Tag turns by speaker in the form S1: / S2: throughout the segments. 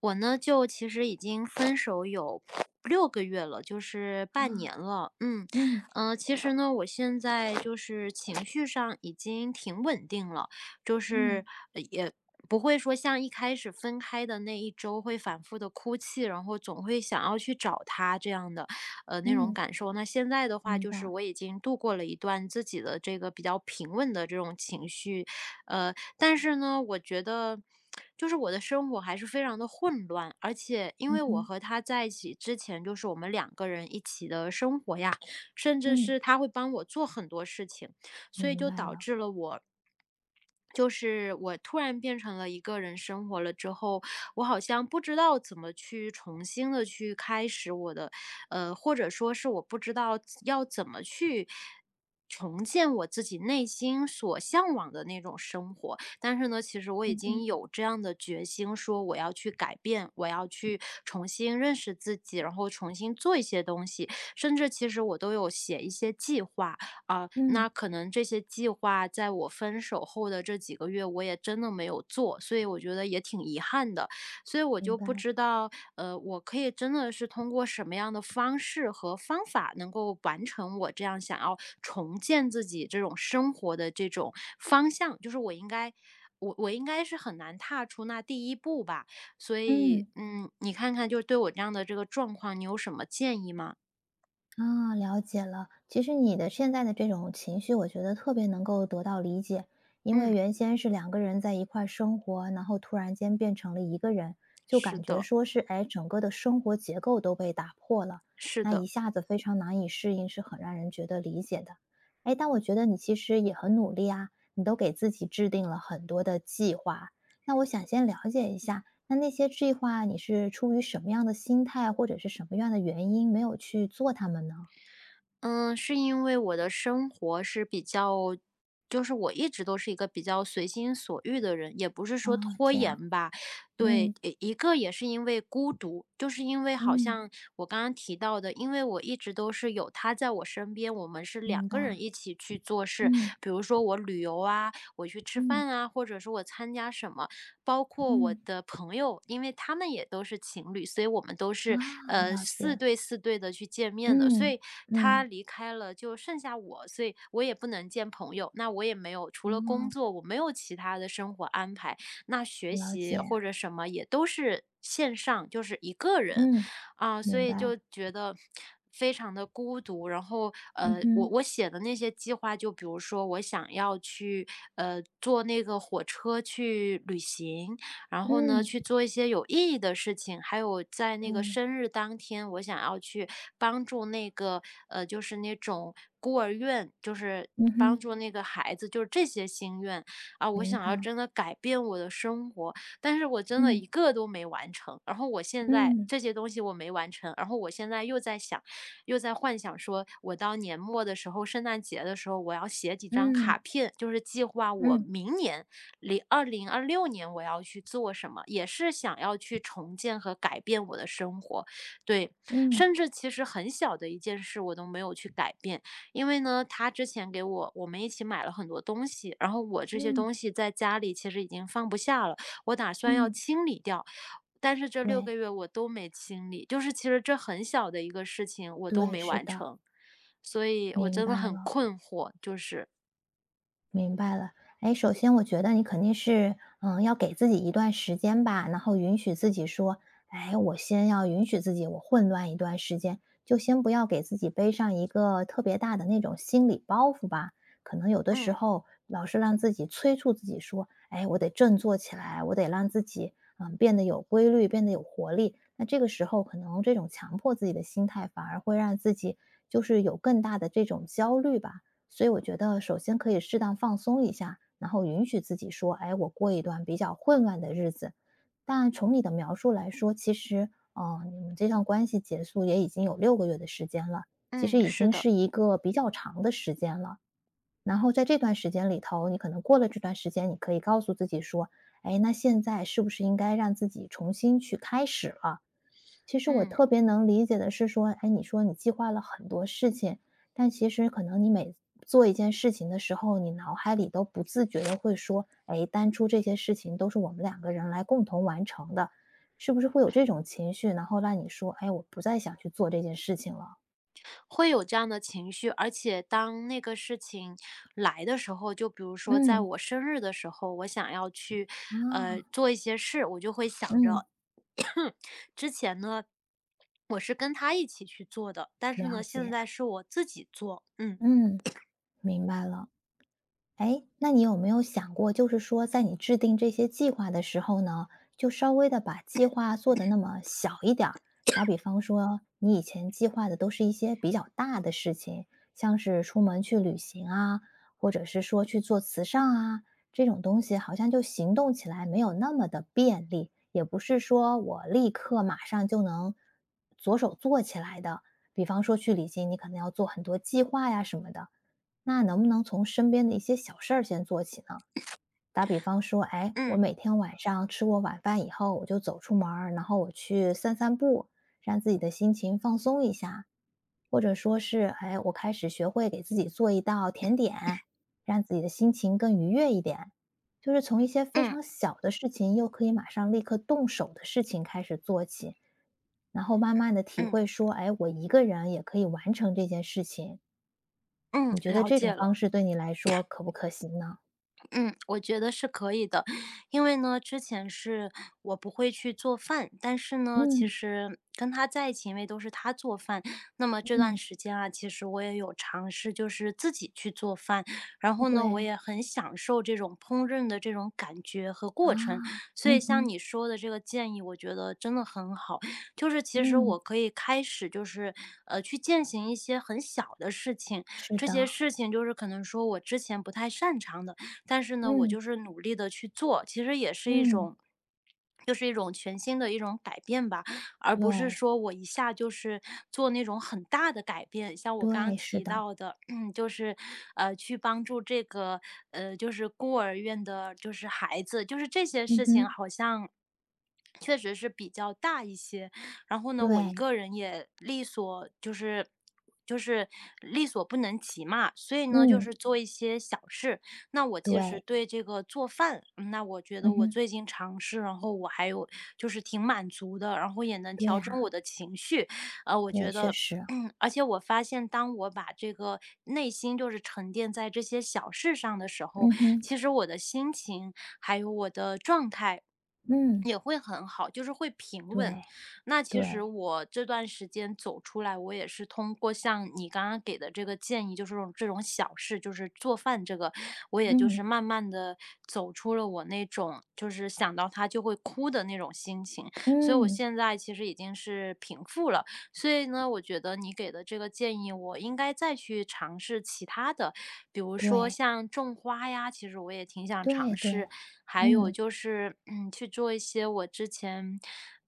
S1: 我呢，就其实已经分手有六个月了，就是
S2: 啊，
S1: 半年了。嗯。
S2: 嗯
S1: 其实呢，我现在就是情绪上已经挺稳定了，就是
S2: 嗯
S1: 也不会说像一开始分开的那一周会反复的哭泣，然后总会想要去找他这样的，那种
S2: 嗯，
S1: 感受。那现在的话，
S2: 明
S1: 就是
S2: 白，
S1: 我已经度过了一段自己的这个比较平稳的这种情绪。但是呢，我觉得就是我的生活还是非常的混乱，而且因
S2: 嗯
S1: 为我
S2: 哼，
S1: 和他在一起之前，就是我们两个人一起的生活呀，甚至
S2: 嗯，
S1: 是他会帮我做很多事情，所以
S2: 明
S1: 就
S2: 白
S1: 导
S2: 了，
S1: 致了我。就是我突然变成了一个人生活了之后，我好像不知道怎么去重新的去开始我的。或者说是我不知道要怎么去重建我自己内心所向往的那种生活。但是呢，其实我已
S2: 嗯哼，
S1: 经有这样的决心，说我要去改变，我要去重新认识自己，然后重新做一些东西。甚至其实我都有写一些计划啊、那
S2: 嗯，
S1: 可能这些计划在我分手后的这几个月，我也真的没有做，所以我觉得也挺遗憾的。所以我
S2: 明
S1: 就不
S2: 白，
S1: 知道，我可以真的是通过什么样的方式和方法，能够完成我这样想要重建自己这种生活的这种方向，就是我应该。我应该是很难踏出那第一步吧，所以
S2: 嗯。
S1: 嗯，你看看，就对我这样的这个状况，你有什么建议吗？
S2: 啊，了解了。其实你的现在的这种情绪，我觉得特别能够得到理解，因为
S1: 嗯，
S2: 原先是两个人在一块儿生活，然后突然间变成了一个人，就
S1: 是
S2: 感觉
S1: 的，
S2: 说是，哎，整个的生活结构都被打破了，
S1: 是
S2: 那一
S1: 的。
S2: 下子非常难以适应，是很让人觉得理解的。哎，但我觉得你其实也很努力啊，你都给自己制定了很多的计划。那我想先了解一下，那那些计划，你是出于什么样的心态，或者是什么样的原因没有去做它们呢？
S1: 嗯，是因为我的生活是比较就是我一直都是一个比较随心所欲的人，也不是
S2: 哦，
S1: 说拖
S2: 这样，
S1: 延吧。对，
S2: 嗯
S1: 一个也是因为孤独，就是因为好
S2: 嗯，
S1: 像我刚刚提到的，因为我一直都是有他在我身边，我们是两
S2: 明
S1: 个
S2: 白，
S1: 人一起去做事，
S2: 嗯
S1: 比如说我旅游啊，我去吃
S2: 嗯
S1: 饭啊，或者是我参加什么。包括我
S2: 嗯，
S1: 的朋友，因为他们也都是情侣，所以我们都
S2: 啊，
S1: 是
S2: 了
S1: 四
S2: 解，
S1: 对四对的去见面的。所
S2: 嗯
S1: 以他
S2: 嗯，
S1: 离开了，就剩下我，所以我也不能见朋友。那我也没有除了工
S2: 哦，
S1: 作，我没有其他的生活安排。那学
S2: 了
S1: 习
S2: 解，
S1: 或者什么也都是线上，就是一个人。
S2: 嗯，
S1: 啊，所
S2: 明
S1: 以就
S2: 白，
S1: 觉得非常的孤独。然后，
S2: 嗯
S1: 我
S2: 哼，
S1: 我写的那些计划，就比如说我想要去坐那个火车去旅行，然后呢
S2: 嗯，
S1: 去做一些有意义的事情，还有在那个
S2: 对，
S1: 生日当天，我想要去帮助那个就是那种孤儿院，就是。
S2: 嗯
S1: 帮
S2: 哼，
S1: 助那个孩子，就是这些心愿啊！我
S2: 明
S1: 想要
S2: 白，
S1: 真的改变我的生活，但是我真的
S2: 嗯
S1: 一个都没完成。然后我现在
S2: 嗯
S1: 这些东西我没完成，然后我现在又在想，又在幻想说，我到年末的时候，圣诞节的时候，我要写几张
S2: 嗯
S1: 卡片，就是计划我
S2: 嗯
S1: 明年零二六年我要去做什么，也是想要去重建和改变我的生活。对，
S2: 嗯
S1: 甚至其实很小的一件事我都没有去改变，因为呢，他之前给我我们一起买了很多东西，然后我这些
S2: 嗯
S1: 东西在家里其实已经放不下了。我打算要
S2: 嗯，
S1: 清理掉，但是这六
S2: 对
S1: 个月我都没清理，就是其实这很小的一个事情我都
S2: 对，
S1: 没
S2: 是
S1: 完
S2: 的，
S1: 成，所以我
S2: 明
S1: 真的
S2: 白
S1: 很
S2: 了。
S1: 困惑，就是
S2: 明白了，哎，首先我觉得你肯定是，要给自己一段时间吧，然后允许自己说，哎，我先要允许自己，我混乱一段时间，就先不要给自己背上一个特别大的那种心理包袱吧。可能有的时
S1: 嗯，
S2: 候老是让自己催促自己说，哎，我得振作起来，我得让自己，变得有规律，变得有活力。那这个时候，可能这种强迫自己的心态，反而会让自己就是有更大的这种焦虑吧。所以我觉得，首先可以适当放松一下，然后允许自己说：“哎，我过一段比较混乱的日子。”但从你的描述来说，其实，你们这段关系结束也已经有六个月的时间了，其
S1: 嗯，
S2: 实已
S1: 是
S2: 经
S1: 的，
S2: 是一个比较长的时间了。然后在这段时间里头，你可能过了这段时间，你可以告诉自己说：“哎，那现在是不是应该让自己重新去开始了？”其实我
S1: 嗯。
S2: 特别能理解的是说，哎，你说你计划了很多事情，但其实可能你每做一件事情的时候，你脑海里都不自觉的会说，哎，当初这些事情都是我们两个人来共同完成的，是不是会有这种情绪，然后让你说，哎，我不再想去做这件事情了？
S1: 会有这样的情绪，而且当那个事情来的时候，就比如说在
S2: 嗯，
S1: 我生日的时候，我想要去，
S2: 啊，
S1: 做一些事，我就会想
S2: 嗯，
S1: 着，之前呢，我是跟他一起去做的，但是
S2: 了
S1: 呢，现
S2: 解，
S1: 在是我自己做，嗯，
S2: 嗯，明白了。哎，那你有没有想过，就是说，在你制定这些计划的时候呢，就稍微的把计划做的那么小一点儿？打比方说，你以前计划的都是一些比较大的事情，像是出门去旅行啊，或者是说去做慈善啊，这种东西好像就行动起来没有那么的便利，也不是说我立刻马上就能着手做起来的。比方说去旅行，你可能要做很多计划呀什么的。那能不能从身边的一些小事儿先做起呢？打比方说，哎，我
S1: 嗯。
S2: 每天晚上吃过晚饭以后，我就走出门儿然后我去散散步，让自己的心情放松一下。或者说是，哎，我开始学会给自己做一道甜点，让自己的心情更愉悦一点。就是从一些非
S1: 嗯
S2: 常小的事情，又可以马上立刻动手的事情开始做起，然后慢慢的体
S1: 嗯
S2: 会说，哎，我一个人也可以完成这件事情。
S1: 嗯，
S2: 你觉得
S1: 了
S2: 这种
S1: 解
S2: 方
S1: 了。
S2: 式对你来说可不可行呢？
S1: 嗯，我觉得是可以的。因为呢，之前是我不会去做饭，但是呢，其
S2: 嗯，
S1: 实跟他在一起，因为都是他做饭，那么这段
S2: 嗯，
S1: 时间啊，其实我也有尝试，就是自己去做饭。然后呢，我
S2: 对，
S1: 也很享受这种烹饪的这种感觉和
S2: 啊，
S1: 过程。所
S2: 嗯
S1: 以像
S2: 哼，
S1: 你说的这个建议，我觉得真的很好。就是其实
S2: 嗯，
S1: 我可以开始，就是去践行一些很小的事情，
S2: 是
S1: 这些
S2: 的，
S1: 事情就是可能说我之前不太擅长的。但是呢，我
S2: 嗯，
S1: 就是努力的去做，其实也是一
S2: 嗯，
S1: 种就是一种全新的一种改变吧，而不是
S2: 对，
S1: 说我一下就是做那种很大的改变。像我刚刚
S2: 对，是
S1: 提
S2: 的，
S1: 到的，就是，去帮助这个，就是孤儿院的，就是孩子，就是这些
S2: 嗯
S1: 事情
S2: 哼，
S1: 好像确实是比较大一些。然后呢，我一
S2: 对，
S1: 个人也力所就是就是力所不能及嘛，所以呢，就
S2: 嗯，
S1: 是做一些小事。那我其实
S2: 对，
S1: 对这个做饭，嗯那我觉
S2: 嗯
S1: 得我
S2: 哼，
S1: 最近尝试，然后我还有就是挺满足的，然后也能
S2: 对
S1: 调
S2: 啊，
S1: 整我的情绪。我
S2: 对，
S1: 觉
S2: 确
S1: 得。
S2: 实，
S1: 嗯而且我发现，当我把这个内心就是沉淀在这些小事上的时候，
S2: 嗯哼，
S1: 其实我的心情还有我的状态
S2: 嗯，
S1: 也会很好，就是会平稳。
S2: 对，
S1: 那其实
S2: 对，
S1: 我这段时间走出来，我也是通过像你刚刚给的这个建议，就是这种小事，就是做饭这个，我也就是
S2: 嗯，
S1: 慢慢的走出了我那种就是想到他就会哭的那种心情。所以我
S2: 嗯，
S1: 现在其实已经是平复了。所以呢，我觉得你给的这个建议，我应该再去尝试其他的，比如说
S2: 对，
S1: 像种花呀，其实我也挺想
S2: 对，
S1: 尝
S2: 对，
S1: 试。还有
S2: 嗯，
S1: 就是，嗯，去做一些我之前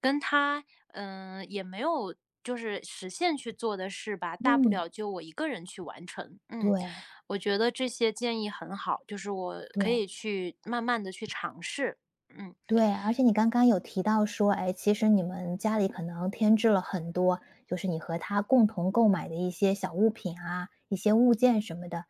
S1: 跟他，也没有就是实现去做的事吧，大不
S2: 嗯，
S1: 了就我一个人去完成。嗯，
S2: 对，
S1: 我觉得这些建议很好，就是我可
S2: 对。
S1: 以去慢慢的去尝试。嗯。
S2: 对，而且你刚刚有提到说，哎，其实你们家里可能添置了很多，就是你和他共同购买的一些小物品啊，一些物件什么的。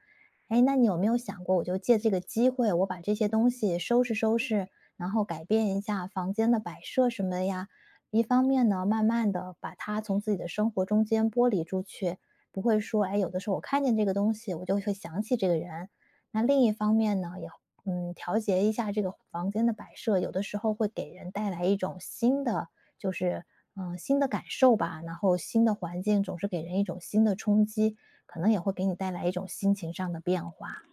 S2: 哎，那你有没有想过，我就借这个机会，我把这些东西收拾收拾，然后改变一下房间的摆设什么的呀？一方面呢，慢慢的把它从自己的生活中间剥离出去，不会说，哎，有的时候我看见这个东西，我就会想起这个人。那另一方面呢，也调节一下这个房间的摆设，有的时候会给人带来一种新的，就是新的感受吧。然后新的环境总是给人一种新的冲击，可能也会给你带来一种心情上的变化。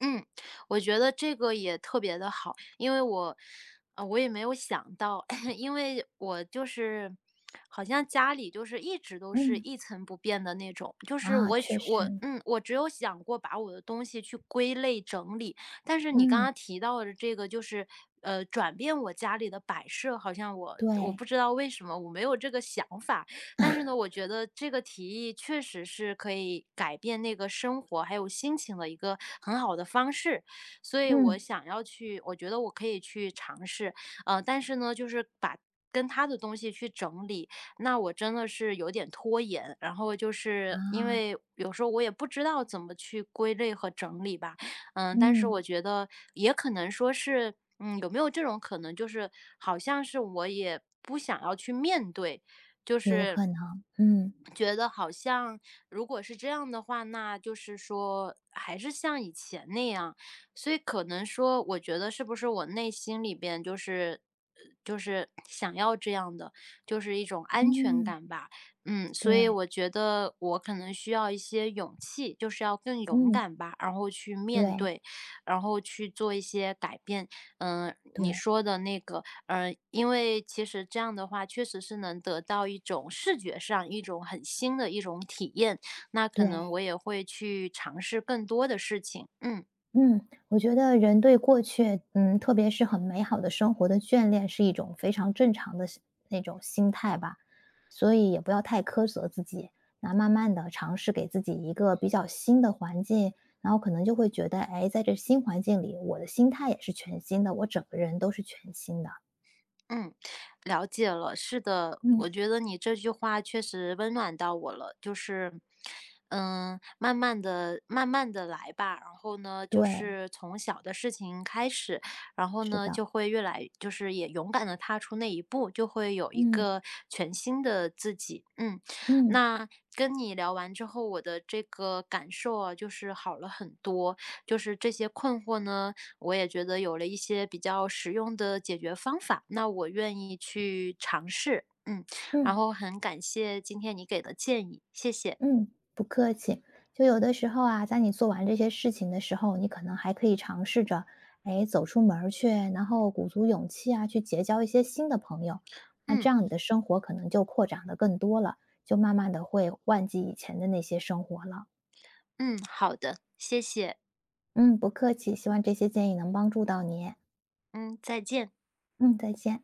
S1: 嗯，我觉得这个也特别的好，因为我，我也没有想到，因为我就是，好像家里就是一直都是
S2: 嗯
S1: 一成不变的那种，就是
S2: 啊，确实，
S1: 我只有想过把我的东西去归类整理，但是你刚
S2: 嗯，
S1: 刚提到的这个就是，转变我家里的摆设，好像我
S2: 对，
S1: 不知道为什么我没有这个想法，但是呢，我觉得这个提议确实是可以改变那个生活还有心情的一个很好的方式，所以我
S2: 嗯
S1: 想要去，我觉得我可以去尝试，但是呢，就是把跟他的东西去整理，那我真的是有点拖延，然后就是因
S2: 啊，
S1: 为有时候我也不知道怎么去归类和整理吧，嗯，但是
S2: 嗯，
S1: 我觉得也可能说是，嗯，有没有这种可能，就是好像是我也不想要去面对，就
S2: 有
S1: 是
S2: 可能，嗯
S1: 觉得好像如果是这样的话，那就是说还是像以前那样，所以可能说，我觉得是不是我内心里边就是就是想要这样的，就是一种安全
S2: 嗯，
S1: 感吧。嗯，所以
S2: 对，
S1: 我觉得我可能需要一些勇气，就是要更勇
S2: 嗯
S1: 敢吧，然后去面
S2: 对
S1: 对，然后去做一些改变。嗯，你
S2: 对
S1: 说的那个嗯，因为其实这样的话，确实是能得到一种视觉上一种很新的一种体验，那可能
S2: 对。
S1: 我也会去尝试更多的事情，嗯。
S2: 嗯，我觉得人对过去，特别是很美好的生活的眷恋，是一种非常正常的那种心态吧，所以也不要太苛责自己。那慢慢的尝试给自己一个比较新的环境，然后可能就会觉得，哎，在这新环境里，我的心态也是全新的，我整个人都是全新的。
S1: 嗯，了解了。是的，
S2: 嗯，
S1: 我觉得你这句话确实温暖到我了。就是，嗯，慢慢的、慢慢的来吧。然后呢，就
S2: 对，
S1: 是从小的事情开始，然后
S2: 是
S1: 呢，
S2: 的，
S1: 就会越来，就是也勇敢的踏出那一步，就会有一
S2: 嗯
S1: 个全新的自己。嗯，
S2: 嗯
S1: 那跟你聊完之后，我的这个感受啊，就是好了很多。就是这些困惑呢，我也觉得有了一些比较实用的解决方法，那我愿意去尝试。嗯，
S2: 嗯。
S1: 然后很感谢今天你给的建议，谢谢。
S2: 嗯，不客气。就有的时候啊，在你做完这些事情的时候，你可能还可以尝试着，哎，走出门儿去，然后鼓足勇气啊，去结交一些新的朋友。那这
S1: 嗯
S2: 样你的生活可能就扩展的更多了，就慢慢的会忘记以前的那些生活了。
S1: 嗯，好的，谢谢。
S2: 嗯，不客气，希望这些建议能帮助到你。
S1: 嗯，再见。
S2: 嗯，再见。